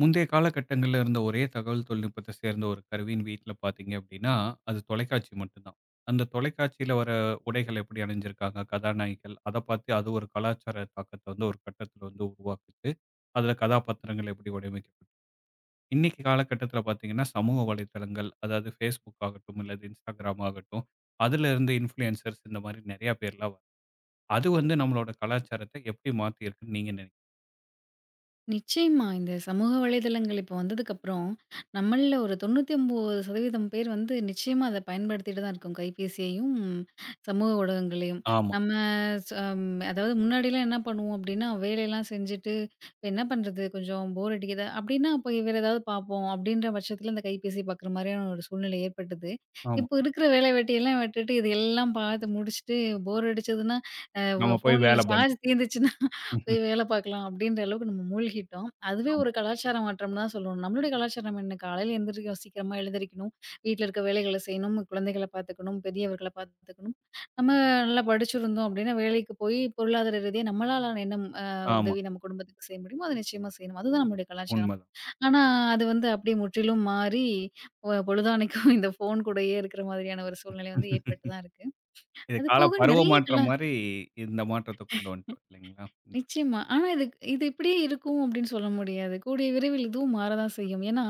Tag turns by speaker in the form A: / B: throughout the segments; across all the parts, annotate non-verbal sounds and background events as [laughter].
A: முந்தைய காலகட்டங்கள்ல இருந்த ஒரே தகவல் தொழில்நுட்பத்த சேர்ந்த ஒரு கருவின்னு வீட்ல பார்த்தீங்க அப்படின்னா, அது தொலைக்காட்சி மட்டும்தான். அந்த தொலைக்காட்சியில வர உடைகள் எப்படி அணிஞ்சிருக்காங்க, கதாநாயகிகள், அத பார்த்து அது ஒரு கலாச்சார தாக்கத்த வந்து ஒரு கட்டத்தில வந்து உருவாக்குச்சு. அதில கதாபாத்திரங்கள் எப்படி வடிவமைக்கப்பட்டு இன்னைக்கு காலகட்டத்தில பார்த்தீங்கன்னா, சமூக வலைதளங்கள் அதாவது Facebook ஆகட்டும், இல்ல Instagram ஆகட்டும், அதில இருந்து இன்ஃப்ளூயன்சர்ஸ் இந்த மாரி நெறைய பேர்லாம் அது வந்து நம்மளோட கலாச்சாரத்த எப்படி மாத்தியிருக்குன்னு நீங்க நினைக்கிறீங்க?
B: நிச்சயமா. இந்த சமூக வலைதளங்கள் இப்போ வந்ததுக்கப்புறம், நம்மள்ல ஒரு 99% பேர் வந்து நிச்சயமா அத பயன்படுத்திட்டு தான் இருக்கோம். கைபேசியையும், சமூக ஊடகங்களையும்.
A: ஆமா,
B: நம்ம ச ம் அதாவது முன்னாடிலாம் என்ன பண்ணுவோம் அப்டின்னா, வேலையெல்லாம் செஞ்சுட்டு, "இப்ப என்ன பண்றது? கொஞ்சம் போர் அடிக்குதா?" அப்டின்னா, போய் வேற ஏதாவது பார்ப்போம் அப்டின்ற பட்சத்தில இந்த கைபேசி பார்க்குற மாரியான ஒரு சூழ்நிலை ஏற்பட்டது.
A: ஆமா.
B: இப்போ இருக்கிற வேலை வெட்டியெல்லாம் விட்டுட்டு, இதெல்லாம் பார்த்து முடிச்சுட்டு, போர் அடிச்சதுன்னா, அ
A: நம்ம
B: வ
A: போய்
B: ஃபோன்ல
A: வேல பண்
B: சார்ஜ் தீர்ந்துச்சுன்னா
A: ம்ஹ்ம்.
B: போய் வேலை பார்க்கலாம் அப்படின்ற அளவுக்கு நம்ம மூழ்கிட்டோம். அதுவே
A: ஆமா,
B: ஒரு கலாச்சார மாற்றம் தான் சொல்லணும். நம்மளுடைய கலாச்சாரம் என்ன? காலையில எந்திரிக்க சீக்கிரமா எழுந்திரிக்கணும். வீட்ல இருக்க வேலைகள செய்யணும். குழந்தைகள பார்த்துக்கணும். பெரியவர்கள பார்த்துக்கணும். நம்ம நல்லா படிச்சிருந்தோம் அப்படின்னா, வேலைக்கு போய் பொருளாதார ரீதியா நம்மளால என்ன
A: ஆமா.
B: உதவி நம்ம குடும்பத்துக்கு செய்ய முடியுமோ, அத நிச்சயமா செய்யணும். அதுதான் நம்மளுடைய கலாச்சாரம்.
A: உண்மதான்.
B: ஆனா, அது வந்து அப்படியே முற்றிலும் மாறி பொழுதானைக்கும் இந்த ஃபோன் கூடயே இருக்கிற மாதிரியான ஒரு சூழ்நிலை வந்து ஏற்பட்டு
A: [laughs]
B: தான் இருக்கு.
A: இது
B: அது
A: கால
B: போக
A: பருவ
B: நெறைய
A: மாற்றம்
B: கலாச்சார.
A: மாரி இந்த மாற்றத்த கொண்டு வந்துட்டோம் இல்லைங்களா?
B: நிச்சயமா. ஆனா இது இது இப்படியே இருக்கும் அப்படின்னு சொல்ல முடியாது. கூடிய விரைவில் இதுவும் மாறதான் செய்யும். ஏன்னா,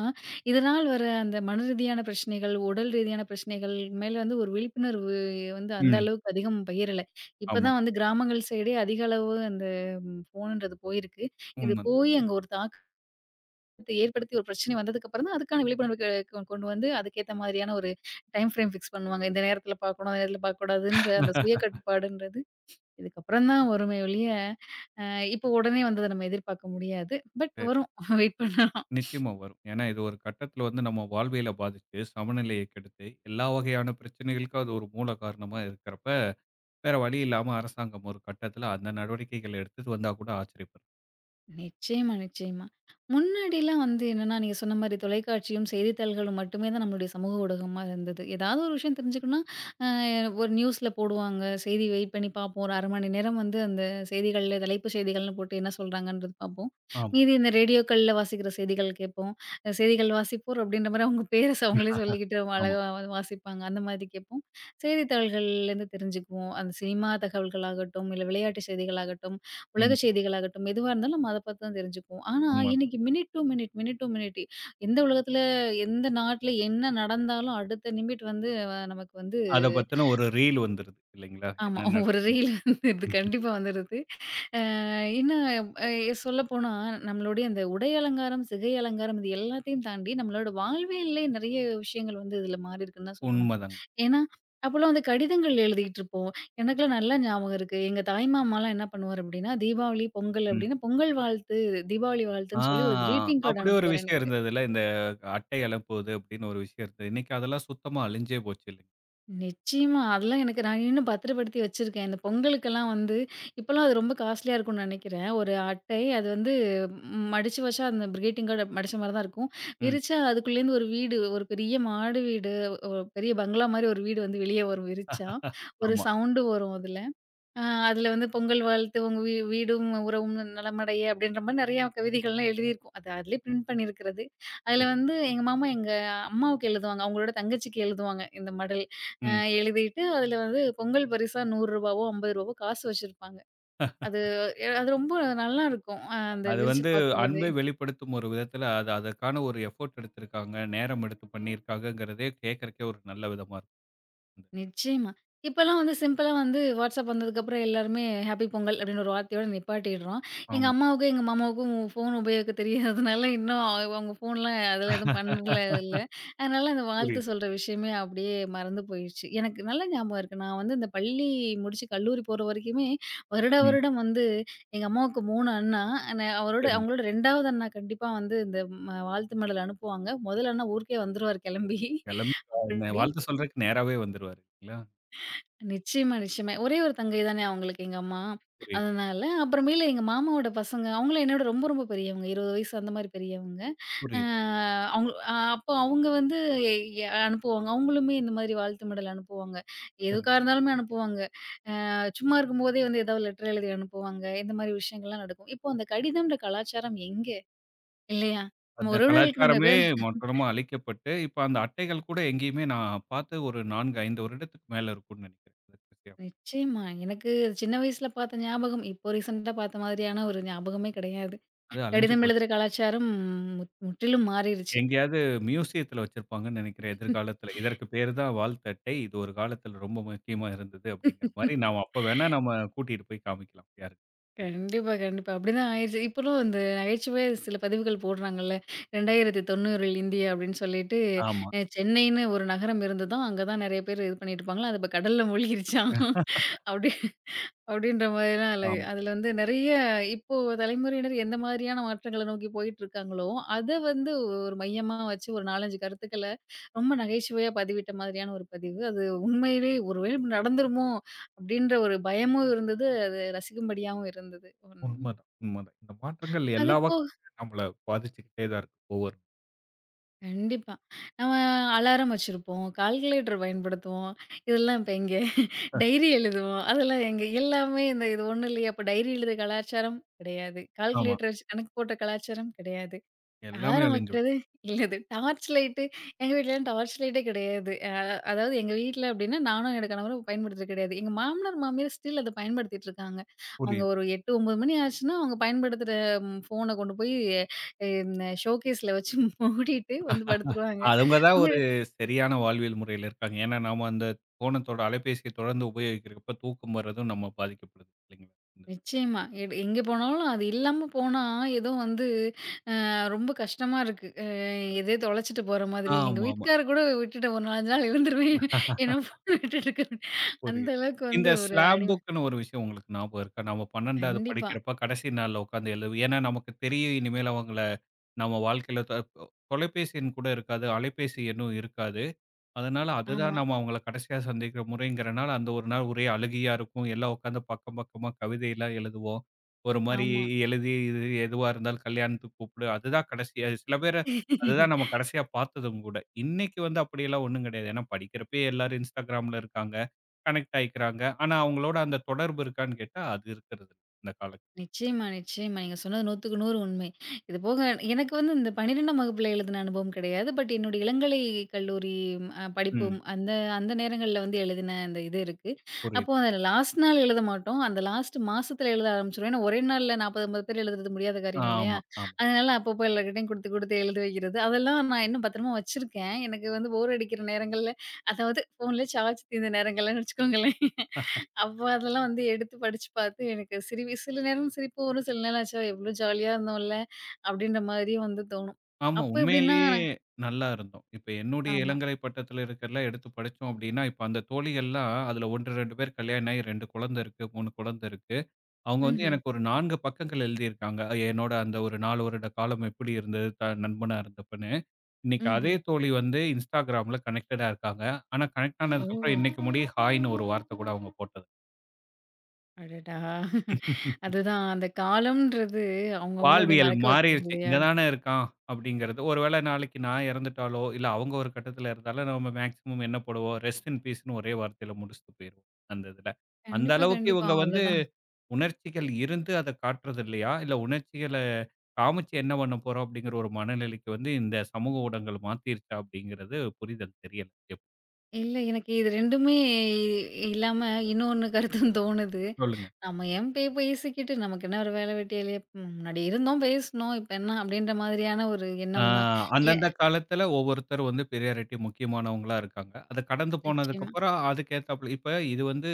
B: இதனால் வர அந்த மன ரீதியான பிரச்சனைகள், உடல் ரீதியான பிரச்சனைகள் மேல வந்து ஒரு விழிப்புணர்வு வந்து அந்த
A: ம்.
B: அளவுக்கு அதிகம் பகிரல.
A: ஆமாங்க.
B: இப்பதான் வந்து கிராமங்கள் சைடே அதிக அளவு அந்த ஃபோன்ன்றது போயிருக்கு. இது
A: உண்மதான்.
B: போய் அங்க ஒரு தாக்கத்தை ஏற்படுத்தி ஒரு பிரச்சனை வந்ததுக்கப்புறம் தான் அதுக்கான விழிப்புணர்வு க கொ கொண்டு வந்து அதுக்கேத்த மாதிரியான ஒரு டைம் ஃப்ரேம் ஃபிக்ஸ் பண்ணுவாங்க. இந்த நேரத்தில பார்க்கணும், அந்த நேரத்தில பார்க்கக்கூடாதுன்ற அந்த சுய
A: [laughs]
B: கட்டுப்பாடுன்றது இதுக்கப்புறம் தான் வருமே ஒழிய அ இப்போ உடனே வந்தத நம்ம எதிர்பார்க்க முடியாது. பட்
A: சரி.
B: வரும். [laughs] வெயிட் பண்ணலாம்.
A: நிச்சயமா வரும். ஏன்னா இது ஒரு கட்டத்தில வந்து நம்ம வாழ்வியல பாதிச்சு, சமநிலைய கெடுத்து, எல்லா வகையான பிரச்சனைகளுக்கும் அது ஒரு மூல காரணமா இருக்கிறப்ப, வேற வழி இல்லாம அரசாங்கம் ஒரு கட்டத்தில அந்த நடவடிக்கைகள் எடுத்துட்டு வந்தா கூட ஆச்சரியப்படும்.
B: நிச்சயமா, நிச்சயமா. முன்னாடிலாம் வந்து என்னன்னா, நீங்க சொன்ன மாரி தொலைக்காட்சியும், செய்தித்தாள்களும் மட்டுமே தான் நம்மளுடைய சமூக ஊடகமா இருந்தது. ஏதாவது ஒரு விஷயம் தெரிஞ்சுக்கணும்னா, அ ஒரு நியூஸ்ல போடுவாங்க. செய்தி வெயிட் பண்ணி பார்ப்போம். ஒரு 1/2 மணி நேரம் வந்து அந்த செய்திகள்ல தலைப்பு செய்திகள்னு போட்டு என்ன சொல்றாங்கன்றது பார்ப்போம்.
A: ஆமா,
B: மீதி இந்த ரேடியோக்கள்ல வாசிக்கிற செய்திகள் கேட்போம். செய்திகள் வாசிப்போர் அப்படின்ற மாரி அவங்க பேர அவங்களே சொல்லிக்கிட்டு அவங்க
A: ஆமா.
B: அழகா வாசிப்பாங்க. அந்த மாதிரி கேட்போம். செய்தித்தாள்கள்லேருந்து தெரிஞ்சுக்குவோம். அந்த சினிமா தகவல்களாகட்டும், இல்ல விளையாட்டு செய்திகளாகட்டும் உலக
A: ம்.
B: செய்திகளாகட்டும், எதுவா இருந்தாலும் நம்ம அத பார்த்து தான் தெரிஞ்சுக்குவோம். ஆனா,
A: ஆமா.
B: இன்னைக்கு minute to minute, minute to minute எந்த உலகத்துல, எந்த நாட்ல என்ன நடந்தாலும் அடுத்த நிமிட் வந்து நமக்கு வந்து
A: அத பத்தின ஒரு ரீல் வந்துருது இல்லைங்களா?
B: ஆமா.
A: என்ன
B: [laughs] ஒரு
A: நடக்குது?
B: ரீல் வந்துருது. கண்டிப்பா வந்துருது. அ இன்னும் அ சொல்லப்போனா, நம்மளுடைய அந்த உடை அலங்காரம், சிகை அலங்காரம் இது எல்லாத்தையும் தாண்டி, நம்மளோட வாழ்வியல்லே நெறைய விஷயங்கள் வந்து இதுல மாறியிருக்குன்னு தான் சொல்லணும்.
A: உண்மதாங்க.
B: ஏன்னா, அப்போலாம் வந்து கடிதங்கள் எழுதிகிட்டுருப்போம். எனக்கெல்லாம் நல்லா ஞாபகம் இருக்கு. எங்க தாய் மாமாலாம் என்ன பண்ணுவாரு அப்டின்னா, தீபாவளி, பொங்கல்
A: ம்.
B: அப்டின்னா, பொங்கல் வாழ்த்து, தீபாவளி
A: ஆ
B: வாழ்த்துன்னு சொல்லி ஒரு கிரீட்டிங் கார்டு
A: அப்படி ஒரு
B: அனுப்புவாரு
A: விஷயம்
B: எனக்கு.
A: இருந்ததுல்ல. இந்த அட்டை எழப்போது அப்படின்னு ஒரு விஷயம் இருந்தது. இன்னைக்கு அதெல்லாம் சுத்தமா அழிஞ்சே போச்சு இல்லைங்க.
B: நிச்சயமா. அதெல்லாம் எனக்கு நான் இன்னும் பத்திரப்படுத்தி வச்சிருக்கேன். இந்த பொங்கலுக்கெல்லாம் வந்து இப்போலாம் அது ரொம்ப காஸ்ட்லியா இருக்கும்னு நெனைக்கிறேன். ஒரு அட்டை அது வந்து மடிச்சு வச்சா அந்த கிரீட்டிங் கார்டு மடிச்ச மாரி தான் இருக்கும்.
A: ம்.
B: விரிச்சா அதுக்குள்ளேருந்து ஒரு வீடு, ஒரு பெரிய மாடு வீடு, ஒரு பெரிய பங்களா மாரி ஒரு வீடு வந்து வெளிய வரும் விரிச்சா. ஒரு
A: ஆமா.
B: சவுண்டு வரும் அதுல. ஆ அதுல வந்து "பொங்கல் வாழ்த்து உங்க வீடும் உறவும் நலமடைய" அப்படின்ற மாரி நெறையா கவிதைகள்லாம் எழுதியிருக்கும். அது அதுலயே பிரிண்ட் பண்ணியிருக்கிறது. அதுல
A: சரி.
B: வந்து எங்க மாமா எங்க அம்மாவுக்கு எழுதுவாங்க. அவங்களோட தங்கச்சிக்கு எழுதுவாங்க இந்த மடல். அ
A: ம்.
B: எழுதிட்டு அதுல வந்து பொங்கல் பரிசா ரூ. 100வோ, ரூ. 50வோ காசு வச்சிருப்பாங்க. அது அது ரொம்ப நல்லாருக்கும். அந்த
A: அது
B: விரிச்சு
A: வந்து
B: பார்க்கும்போது.
A: அன்பை வெளிப்படுத்தும் ஒரு விதத்துல அது அதற்கான ஒரு எஃபோர்ட் எடுத்திருக்காங்க. நேரம் எடுத்து பண்ணியிருக்காங்கங்கிறதே கேட்கறக்கே ஒரு நல்ல விதமா இருக்கு.
B: நிச்சயமா. இப்பலாம் வந்து சிம்பிளா வந்து WhatsApp வந்ததுக்கப்புறம் எல்லாருமே ஹேப்பி பொங்கல் அப்படின்னு ஒரு வார்த்தையோட நிப்பாட்டிடுறோம். எங்க
A: ஆமா.
B: அம்மாவுக்கும், எங்க மாமாவுக்கும் ஃபோன் உபயோகிக்க தெரியாததுனால இன்னும் அவங்க அவங்க ஃபோன்லாம் அதெல்லாம் எதுவும்
A: [laughs]
B: பண்ணல இல்ல. அதனால அந்த வாழ்த்து
A: புரியுது.
B: சொல்ற விஷயமே அப்படியே மறந்து போயிடுச்சு. எனக்கு நல்ல ஞாபகம் இருக்கு. நான் வந்து இந்த பள்ளி முடிச்சு கல்லூரி போற வரைக்குமே வருடா
A: ம்.
B: வருடம் வந்து எங்க அம்மாவுக்கு 3 அண்ணா. நான் அவரோட
A: சரிங்க.
B: அவங்களோட 2வது அண்ணா கண்டிப்பா வந்து இந்த வாழ்த்து மெடல் அனுப்புவாங்க. முதல் அண்ணா ஊருக்கே வந்துருவாரு கிளம்பி.
A: கிளம்பி என்ன
B: அப்படி
A: வாழ்த்து சொல்றதுக்கு நேராவே வந்துருவாரு இல்லைங்களா?
B: நிச்சயமா, நிச்சயமா. ஒரே ஒரு தங்கை தானே அவங்களுக்கு எங்க அம்மா.
A: புரியுது,
B: அதனால அப்புறமேலு எங்க மாமாவோட பசங்க, அவங்களும் என்னோட ரொம்ப ரொம்ப பெரியவங்க. 20 வயசு அந்த மாரி பெரியவங்க. அ
A: புரியுது.
B: அவங்க அப்போ அவங்க வந்து எ எ அனுப்புவாங்க. அவங்களுமே இந்த மாதிரி வாழ்த்து மிடல் அனுப்புவாங்க.
A: சரிங்க.
B: எதுக்கா இருந்தாலுமே அனுப்புவாங்க. சும்மா இருக்கும்போதே வந்து ஏதாவது லெட்டர் எழுதி அனுப்புவாங்க. இந்த மாரி விஷயங்கள்லாம் நடக்கும். இப்போ அந்த கடிதம்ன்ற கலாச்சாரம் எங்க? இல்லையா? நம்ம
A: அந்த
B: உறவினர்களுக்கு நம்ம.
A: கலாச்சாரமே மொத்தமா அழிக்கப்பட்டு, இப்ப அந்த அட்டைகள் கூட எங்கேயுமே நான் பார்த்து ஒரு 4, 5 வருடத்துக்கு மேல இருக்கும்னு நெனைக்கிறேன். அது விஷயம்
B: நிச்சயமா. எனக்கு சின்ன வயசுல பார்த்த ஞாபகம், இப்போ ரீசென்ட்டா பார்த்த மாதிரியான ஒரு ஞாபகமே கிடையாது.
A: அது அழிஞ்சு
B: கடிதம்
A: போச்சு.
B: எழுதுற கலாச்சாரம் முற்றிலும் மாறிருச்சு.
A: எங்கேயாவது மியூசியத்துல வச்சிருப்பாங்கன்னு நெனைக்கிறேன் எதிர்காலத்துல. இதற்கு பேரு தான் வாழ்த்து அட்டை. இது ஒரு காலத்துல ரொம்ப முக்கியமா இருந்தது அப்படிங்கிற மாரி நாம அப்ப வேணா நம்ம கூட்டிட்டு போய் காமிக்கலாம் யாருக்கு.
B: கண்டிப்பா, கண்டிப்பா. அப்படிதான் ஆயிருச்சு. இப்பலாம் இந்த நகைச்சுவை சில பதிவுகள் போடுறாங்கல்ல. 2090ல் இந்தியா அப்படின்னு சொல்லிட்டு,
A: ஆமா,
B: சென்னைன்னு ஒரு நகரம் இருந்ததாம். அங்க தான் நெறைய பேர் இது பண்ணிட்டு இருப்பாங்களாம். அது இப்ப கடல்ல மூழ்கிருச்சாம். அப்படி அப்படின்ற மாதிரிலாம் அதுல
A: ஆமா.
B: அதுல வந்து நெறைய இப்போ தலைமுறையினர் எந்த மாதிரியான மாற்றங்கள நோக்கி போயிட்டுருக்காங்களோ, அத வந்து ஒரு மையமா வச்சு ஒரு 4, 5 கருத்துக்கள ரொம்ப நகைச்சுவையா பதிவிட்ட மாதிரியான ஒரு பதிவு. அது உண்மையிலே ஒரு வேளை நடந்துருமோ! அப்படின்ற ஒரு பயமும் இருந்தது. அது ரசிக்கும்படியாவும் இருந்தது. ஒண்ணு.
A: உண்மதான், உண்மதான். இந்த மாற்றங்கள்
B: அது
A: எல்லா
B: போக.
A: வகையிலும் நம்மள பாதிச்சுக்கிட்டே தான் இருக்கு ஒவ்வொரு
B: கண்டிப்பா. நம்ம அலாரம் வச்சிருப்போம். கால்குலேட்டர் பயன்படுத்துவோம். இதெல்லாம் இப்ப எங்க? டைரி எழுதுவோம். அதெல்லாம் எங்க? எல்லாமே இந்த இது ஒண்ணும் இல்லையே! அப்ப டைரி எழுத கலாச்சாரம் கிடையாது.
A: ஆமா.
B: கால்குலேட்டர் வச்சு கணக்கு போட்ட கலாச்சாரம் கிடையாது.
A: எல்லாமே
B: அலாரம்
A: அழிஞ்சு போச்சு.
B: வைக்கிறது இல்ல அது டார்ச் லைட்டு. எங்க வீட்லலாம் டார்ச் லைட்டே கிடையாது. அதாவது எங்க வீட்ல அப்டின்னா நானும் என்னோட கணவரும் பயன்படுத்துறது கிடையாது. எங்க மாமனார், மாமியார் ஸ்டில் அத பயன்படுத்திட்டு இருக்காங்க. அவங்க
A: புரியுது.
B: ஒரு 8, 9 மணி ஆச்சுன்னா, அவங்க பயன்படுத்துற ஃபோன கொண்டு போய் இந்த ஷோகேஸ்ல வச்சு [laughs] மூடிட்டு வந்து படுத்துருவாங்க.
A: அவங்க தான்
B: அவங்க
A: ஒரு சரியான வாழ்வியல் முறையில இருக்காங்க. ஏன்னா, நாம அந்த ஃபோனத்தோட அலைபேசிய தொடர்ந்து உபயோகிக்கிறப்ப தூக்கம் வர்றதும் நம்ம பாதிக்கப்படுது இல்லைங்களா? இந்த
B: நிச்சயமா எங்க போனாலும் அது இல்லாம போனா ஏதோ வந்து ரொம்ப கஷ்டமா இருக்கு. எதையோ தொலைச்சுட்டு போற மாதிரி. எங்க
A: ஆமாமா.
B: வீட்டுக்காரர் கூட விட்டுட்டு ஒரு 4 நாள் இருந்துருவேன். ஏன்னா ஃபோன விட்டுட்டு இருக்கேன். அந்த
A: புரியுது.
B: அளவுக்கு
A: இந்த
B: வந்து ஒரு
A: ஸ்லாம்
B: அடிமை.
A: புக்ன்னு ஒரு விஷயம் உங்களுக்கு ஞாபகம் இருக்கா? நம்ம 12வது
B: கண்டிப்பா.
A: படிக்கிறப்ப கடைசி நாள்ல உட்காந்து எழுதுவோம். ஏன்னா, நமக்கு தெரியும் இனிமேல் அவங்கள நம்ம வாழ்க்கையில தொலைபேசி எண் கூட இருக்காது. அலைபேசி எண்ணும் இருக்காது. அதனால அதுதான்
B: ஆமா,
A: நம்ம அவங்கள கடைசியா சந்திக்கிற முறைங்கிறனால, அந்த ஒரு நாள் ஒரே அழுகையா இருக்கும். எல்லாம் உட்காந்து பக்கம் பக்கமா கவிதையெல்லாம் எழுதுவோம். ஒரு மாரி
B: ஆமா.
A: எழுதி இது எதுவா இருந்தாலும் கல்யாணத்துக்கு கூப்பிடு. அதுதான் கடைசியா சில பேர அதுதான் நம்ம கடைசியா பார்த்ததும் கூட. இன்னைக்கு வந்து அப்படியெல்லாம் ஒண்ணும் கிடையாது. ஏன்னா படிக்கிறப்பயே எல்லாரும் Instagramல இருக்காங்க. கனெக்ட் ஆயிக்கிறாங்க. ஆனா அவங்களோட அந்த தொடர்பு இருக்கான்னு கேட்டா, அது இருக்கிறது இல்ல இந்த காலத்துல.
B: நிச்சயமா, நிச்சயமா. நீங்க சொன்னது 100க்கு 100 உண்மை. இது போக எனக்கு வந்து இந்த 12ஆம் வகுப்புல எழுதின அனுபவம் கிடையாது. பட் என்னுடைய இளங்கலை கல்லூரி படிப்பும்
A: ம்.
B: அந்த அந்த நேரங்கள்ல வந்து எழுதின அந்த இது இருக்கு. அப்போ
A: புரியுது.
B: அந்த லாஸ்ட் நாள் எழுத மாட்டோம். அந்த லாஸ்ட் மாசத்துல எழுத ஆரம்பிச்சுருவோம். ஏன்னா ஒரே நாள்ல 40, 50 பேர் எழுதுறது முடியாத காரியம் இல்லையா?
A: ஆமா. ஆமா.
B: அதனால அப்பப்போ எல்லார்கிட்டயும் குடுத்து, குடுத்து எழுத வைக்கிறது. அதெல்லாம் நான் இன்னும் பத்திரமா வச்சிருக்கேன். எனக்கு வந்து போர் அடிக்கிற நேரங்கள்ல அதாவது ஃபோன்ல சார்ஜ் தீர்ந்த நேரங்கள்லன்னு வச்சுக்கோங்களேன். அப்ப அதெல்லாம் வந்து எடுத்து படிச்சு பார்த்து எனக்கு சிரிப்பு சில நேரம் சிரிப்பு வரும். சில நேரம் "ஆச்சா எவ்ளோ ஜாலியா இருந்தோம்ல" அப்டின்ற மாதிரியும் வந்து தோணும்.
A: ஆமா.
B: அப்ப எப்டின்னா.
A: உண்மையிலேயே நல்லா இருந்தோம். இப்ப என்னுடைய
B: ஆமா.
A: இளங்கலை பட்டத்துல இருக்கிறதெல்லாம் எடுத்து படிச்சோம் அப்படின்னா, இப்ப அந்த தோழிகள்லாம் அதுல 1, 2 பேர் கல்யாணம் ஆகி 2 குழந்தை இருக்கு, 3 குழந்தை இருக்கு. அவங்க வந்து
B: ம்ஹ்ம்.
A: எனக்கு ஒரு 4 பக்கங்கள் எழுதியிருக்காங்க. என்னோட அந்த ஒரு 4 வருட காலம் எப்படி இருந்தது? நண்பனா இருந்தப்பன்னு. இன்னைக்கு அதே
B: ம்ஹ்ம்.
A: தோழி வந்து Instagramல கனெக்டடா இருக்காங்க. ஆனா கனெக்ட் ஆனதுக்கப்புறம்
B: ஓ!
A: இன்னைக்கு முடிய ஹாய்ன்னு ஒரு வார்த்தை கூட அவங்க போட்டது
B: அடடா! அதுதான் அந்த காலம்ன்றது அவங்கவங்கள அப்டியே
A: வாழ்வியல்
B: மறக்க வச்சுருது
A: மாறிருச்சு.
B: இல்லையா?
A: இங்க தானே இருக்கான் அப்படிங்கிறது. ஒருவேள நாளைக்கு நான் இறந்துட்டாலோ, இல்ல அவங்க ஒரு கட்டத்துல இருந்தாலும் நம்ம மேக்ஸிமம் என்ன போடுவோம், ரெஸ்ட் இன் பீஸ்ன்னு ஒரே வார்த்தையில முடிச்சுட்டு போயிருவோம், அந்த இதுல. அந்த
B: கண்டிப்பா,
A: அளவுக்கு
B: கண்டிப்பா.
A: இவங்க வந்து
B: அவ்ளோதான்.
A: உணர்ச்சிகள் இருந்து அத காட்டுறது இல்லையா? இல்ல உணர்ச்சிகள காமிச்சு என்ன பண்ண போறோம் அப்படிங்கிற ஒரு மனநிலைக்கு வந்து இந்த சமூக ஊடகங்கள் மாத்திருச்சா அப்படிங்கிறது புரிதல் தெரியல.
B: இல்ல எனக்கு இது 2மே இல்லாம இன்னொன்னு கருத்தும் தோணுது.
A: சொல்லுங்க.
B: நம்ம ஏன் போய் பேசிக்கிட்டு நமக்கு என்ன ஒரு வேல வெட்டியா இல்லையா? முன்னாடி இருந்தோம், பேசினோம். இப்ப என்ன அப்டின்ற மாதிரியான ஒரு
A: ஆ
B: எண்ணம் தான். ஏ
A: அந்தந்த காலத்துல ஒவ்வொருத்தர் வந்து பெரியாரிட்டி முக்கியமானவங்களா இருக்காங்க. அத கடந்து
B: நிச்சயமா.
A: போனதுக்கப்புறம் அதுக்கேத்தாப்புல இப்ப இது வந்து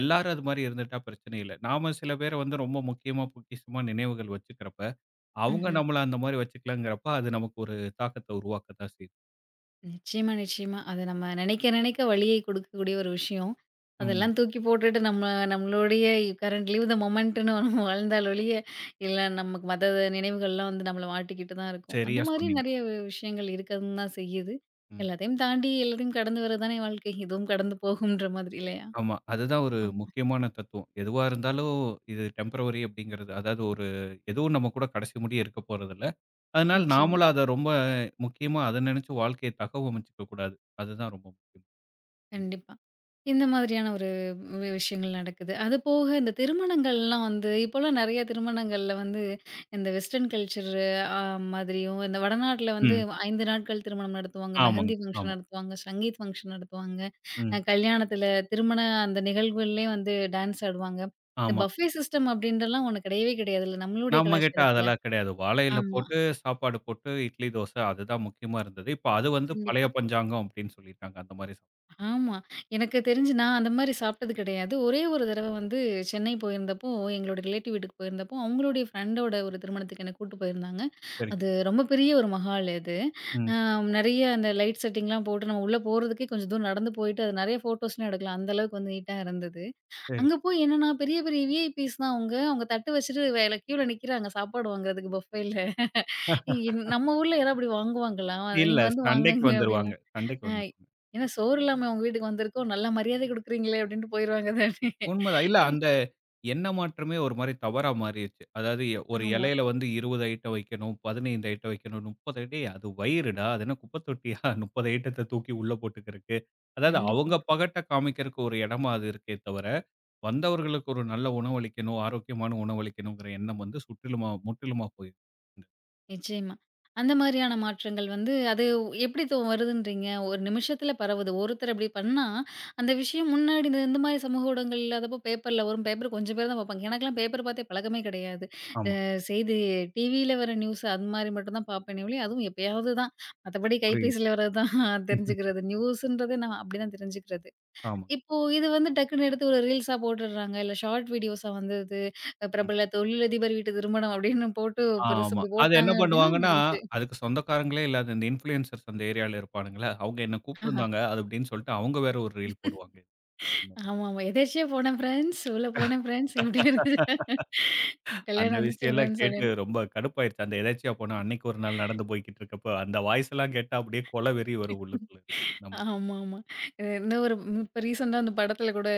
A: எல்லாரும் அது மாரி இருந்துட்டா பிரச்சனை இல்ல. நாம சில பேர வந்து ரொம்ப முக்கியமா, பொக்கிஷமா நினைவுகள் வச்சுக்கிறப்ப, அவங்க
B: ம்ஹ்ம்.
A: நம்மள அந்த மாரி வச்சுக்கலங்கிறப்ப, அது நமக்கு ஒரு தாக்கத்த உருவாக்கத்தான் செய்யுது.
B: நிச்சயமா, நிச்சயமா. அது நம்ம நினைக்க நினைக்க வலியை கொடுக்கக்கூடிய ஒரு விஷயம்.
A: உண்ம.
B: அதெல்லாம் தூக்கி போட்டுட்டு நம்ம நம்மளுடைய கரண்ட் லீவ் த மொமெண்ட்டுன்னு நம்ம வாழ்ந்தால் ஒழிய, இல்ல நமக்கு மத்த நினைவுகள்லாம் வந்து நம்மள மாட்டிக்கிட்டு தான் இருக்கும். அந்த
A: சரியா
B: மாதிரி
A: சொன்னீங்க.
B: நெறைய விஷயங்கள் இருக்கதுன்னு தான் செய்யுது.
A: ம்.
B: எல்லாத்தையும் தாண்டி எல்லாத்தையும் கடந்து வர தானே வாழ்க்கை. இதுவும் கடந்து போகும்ன்ற மாதிரி இல்லையா?
A: ஆமா. அதுதான் ஒரு
B: ஆமா.
A: முக்கியமான தத்துவம். எதுவா இருந்தாலும் இது டெம்பரவரி அப்படிங்கிறது. அதாவது ஒரு எதுவும் நம்ம கூட கடைசி முடிய இருக்க போறதில்ல. அதனால
B: நிச்சயமா.
A: நாமளும் அத ரொம்ப முக்கியமா அத நினைச்சு வாழ்க்கைய தகவமைச்சுக்க கூடாது. அதுதான் ரொம்ப முக்கியம். ம்.
B: கண்டிப்பா. இந்த மாதிரியான ஒரு விஷயங்கள் நடக்குது. அது போக இந்த திருமணங்கள்லாம் வந்து இப்போலாம் நெறைய திருமணங்கள்ல வந்து இந்த வெஸ்டர்ன் கல்ச்சர் அ மாதிரியும், இந்த வடநாட்ல வந்து
A: ம்.
B: 5 நாட்கள் திருமணம் நடத்துவாங்க.
A: ஆமாங்க.
B: மெஹந்தி ஃபங்ஷன்
A: ஆமா.
B: நடத்துவாங்க. சங்கீத் ஃபங்ஷன் நடத்துவாங்க.
A: ம்.
B: கல்யாணத்துல அந்த நிகழ்வுகள்லயே வந்து டான்ஸ் ஆடுவாங்க. இந்த
A: ஆமா.
B: பஃபே சிஸ்டம் அப்படின்றலாம் ஒண்ணு கிடையவே கிடையாதுல்ல நம்மளுடைய
A: நம்ம கிட்ட
B: கலாச்சாரத்துல.
A: அதெல்லாம் கிடையாது. வாழை இல
B: ஆமா.
A: போட்டு சாப்பாடு போட்டு இட்லி, தோசை அதுதான் முக்கியமா இருந்தது. இப்ப அது வந்து பழைய
B: கண்டிப்பா.
A: பஞ்சாங்கம் அப்படின்னு சொல்லிட்டாங்க. அந்த மாரி.
B: ஆமா. எனக்கு தெரிஞ்சு நான் அந்த மாரி சாப்பிட்டது கிடையாது. ஒரே ஒரு தடவ வந்து சென்னை போயிருந்தப்போ, எங்களோட ரிலேட்டிவ் வீட்டுக்கு போயிருந்தப்போ, அவங்களுடைய ஃப்ரெண்டோட ஒரு திருமணத்துக்கு என்ன கூட்டு போயிருந்தாங்க.
A: சரிங்க.
B: அது ரொம்ப பெரிய ஒரு மஹால் அது.
A: ம்.
B: அ நெறைய அந்த லைட் செட்டிங்லாம் போட்டு நம்ம உள்ள போறதுக்கே கொஞ்சம் தூரம் நடந்து போயிட்டு, அது நெறைய ஃபோட்டோஸ்லாம் எடுக்கலாம். அந்த அளவுக்கு வந்து நீட்டா இருந்தது.
A: சரி.
B: அங்க போய் என்னன்னா, பெரிய பெரிய விஐபிஸ் தான் அவங்க. அவங்க தட்டு வச்சுட்டு வேல கியூல நிக்கிறாங்க சாப்பாடு வாங்குறதுக்கு பஃபேல. நம்ம ஊர்ல யாராவது அப்படி வாங்குவாங்களா?
A: இல்ல
B: நீங்க வந்து
A: சண்டைக்கு
B: வாங்குங்க
A: வந்துருவாங்க.
B: அப்படின்னா
A: சண்டைக்கு
B: அ
A: வந்துருவாங்க.
B: ஏன்னா சோறு இல்லாம உங்க வீட்டுக்கு வந்திருக்கோம். நல்ல மரியாதை குடுக்குறீங்களே! அப்டின்ட்டு போயிருவாங்க தானே.
A: உண்மதான். இல்ல அந்த எண்ண மாற்றமே ஒரு மாரி தவறா மாறிருச்சு. அதாவது ஒரு
B: ஆமா.
A: இலையில வந்து 20 ஐட்டம் வைக்கணும், 15 ஐட்டம் வைக்கணும், 30 ஐட்டம் ஏய் அது வயிறுடா! அது என்ன குப்பை தொட்டியா? [laughs] 30 ஐட்டத்த தூக்கி உள்ள போட்டுக்கிறதுக்கு. அதாவது அவங்க
B: கண்டிப்பா.
A: பகட்ட காமிக்கிறதுக்கு ஒரு இடமா அது இருக்கே தவிர, வந்தவர்களுக்கு ஒரு நல்ல உணவளிக்கணும், ஆரோக்கியமான உணவளிக்கணுங்கிற எண்ணம் வந்து சுற்றிலுமா முற்றிலுமா போயிருச்சு.
B: நிச்சயமா. அந்த மாரியான மாற்றங்கள் வந்து அது எப்டி தோ வருதுன்றீங்க? ஒரு நிமிஷத்துல பரவுது. ஒருத்தர் அப்டி பண்ணா, அந்த விஷயம் முன்னாடி இந்த இந்த மாரி சமூக ஊடகங்கள் இல்லாதப்போ பேப்பர்ல வரும். பேப்பர் கொஞ்சம் பேர் தான் பார்ப்பாங்க. எனக்கெல்லாம் பேப்பர் பார்த்தே பழக்கமே கிடையாது. அ
A: ஆமா.
B: செய்தி டிவியில வர நியூஸ் அது மாரி மட்டும் தான் பார்ப்பேனே ஒழிய, அதுவும் எப்பயாவது தான். மத்தபடி
A: புரியுது.
B: கைபேசியில வரது தான்
A: [laughs] ம்ஹ்ம்.
B: தெரிஞ்சுக்கிறது. நியூஸுன்றதே நான் அப்டிதான் தெரிஞ்சுக்கிறது.
A: ஆமா.
B: இப்போ இது வந்து டக்குன்னு எடுத்து ஒரு ரீல்ஸா போட்டுடுறாங்க. இல்ல ஷார்ட் வீடியோஸா வந்தது.
A: ம்.
B: பிரபல தொழிலதிபர் வீட்டு திருமணம் அப்படின்னு போட்டு பெருசு
A: ஆமா.
B: இப்படி
A: அது என்ன
B: போட்டாங்க அப்படின்னா
A: பண்ணுவாங்கன்னா,
B: முடிஞ்சுச்சு.
A: அதுக்கு சொந்தக்காரங்களே இல்லாத இந்த இன்ஃப்ளூயன்சர்ஸ் அந்த ஏரியால இருப்பானுங்களா, அவங்க என்ன கூப்பிட்டுருந்தாங்க. அது அப்படின்னு சொல்லிட்டு அவங்க வேற ஒரு ரீல் போடுவாங்க. இந்த மாதிரி
B: ஆமாமா. எதேர்ச்சியா போனேன் ஃப்ரெண்ட்ஸ், உள்ள போனேன் ஃப்ரெண்ட்ஸ் இப்படின்னு இருந்துச்சு.
A: அந்த
B: கல்யாணம் வந்துச்சு
A: விஷயம்லாம்
B: ஃப்ரெண்ட்ஸ்
A: கேட்டு
B: அப்படின்னு.
A: ரொம்ப கடுப்பாயிருச்சு. அந்த எதேர்ச்சியா போனா அன்னைக்கு ஒரு நாள் நடந்து போய்க்கிட்டு இருக்கப்ப, அந்த வாய்ஸ் எல்லாம் கேட்டா அப்படியே கொலவெறி வரும் உள்ளுக்குள்ள இருந்து நமக்கு.
B: ஆமாமா. இன்னும் ஒரு இப்ப ரீசெண்டா அந்த படத்துல கூட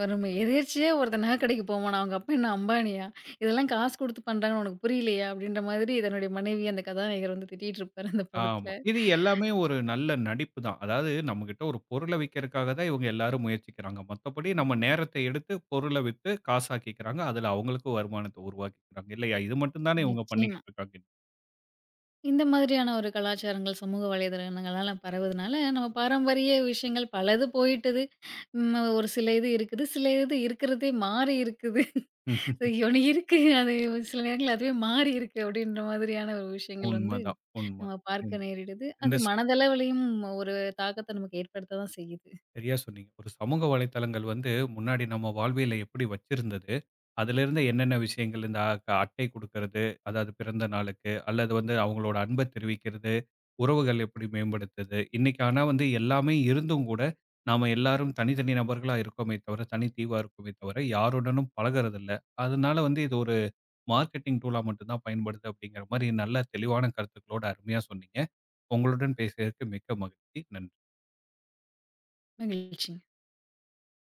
B: வருமே. எதேர்ச்சியா ஒருத்தன் நகை கடைக்கு போவானாம். அவங்க அப்பா என்ன அம்பானியா? இதெல்லாம் காசு குடுத்து பண்றாங்கன்னு உனக்கு புரியலையா? அப்படின்ற மாதிரி தன்னுடைய மனைவிய அந்த கதாநாயகர் வந்து திட்டிட்டு இருப்பாரு அந்த படத்துல.
A: ஆமா. இது எல்லாமே ஒரு நல்ல நடிப்பு தான். அதாவது நம்மகிட்ட ஒரு பொருள விக்கிறதுக்காக தான் இவங்க எல்லாரும் முயற்சிக்கிறாங்க. மத்தபடி நம்ம நேரத்தை எடுத்து பொருள வித்து காசாக்கிக்கிறாங்க. அதுல அவங்களுக்கும் வருமானத்த உருவாக்கிக்கிறாங்க. இல்லையா? இது மட்டும் தானே இவங்க
B: நிச்சயமா.
A: பண்ணிக்கிட்டு இருக்காங்க.
B: இந்த மாதிரியான ஒரு கலாச்சாரங்கள் சமூக வலைதளங்களால பரவுதுனால, நம்ம பாரம்பரிய விஷயங்கள் பலது போயிட்டது. ம் ஒரு சில இது இருக்குது. சில இது இருக்கிறதே மாறி இருக்குது. [laughs] ஒண்ணு இருக்கு. அது சில நேரங்கள்ல அதுவே மாறி இருக்கு அப்படின்ற மாதிரியான ஒரு விஷயங்கள் வந்து
A: உண்மதான்,
B: நம்ம
A: உண்மதான். இந்த
B: பார்க்க நேரிடுது.
A: இந்த
B: அது
A: ஸ்
B: மனதளவிலயும் ஒரு தாக்கத்த நமக்கு ஏற்படுத்த தான் செய்யுது.
A: சரியா சொன்னீங்க. ஒரு சமூக வலைத்தளங்கள் வந்து முன்னாடி நம்ம வாழ்வியல எப்படி வச்சிருந்தது, அதிலிருந்து என்னென்ன விஷயங்கள் இந்த அட்டை குடுக்கறது, அதாவது பிறந்த நாளுக்கு, அல்லது வந்து அவங்களோட அன்ப தெரிவிக்கிறது, உறவுகள் எப்படி மேம்படுத்துது. இன்னைக்கு ஆனா வந்து எல்லாமே இருந்தும் கூட, நாம எல்லாரும் தனித்தனி நபர்களா இருக்கோமே தவிர, தனி தீவா இருக்கோமே தவிர, யாருடனும் பழகுறதில்ல. அதனால வந்து இது ஒரு மார்க்கெட்டிங் டூலா மட்டும் தான் பயன்படுது அப்படிங்கிற மாரி நல்ல தெளிவான கருத்துக்களோட அருமையா சொன்னீங்க. உங்களுடன் பேசியதற்கு மிக்க மகிழ்ச்சி. நன்றி.
B: மகிழ்ச்சி.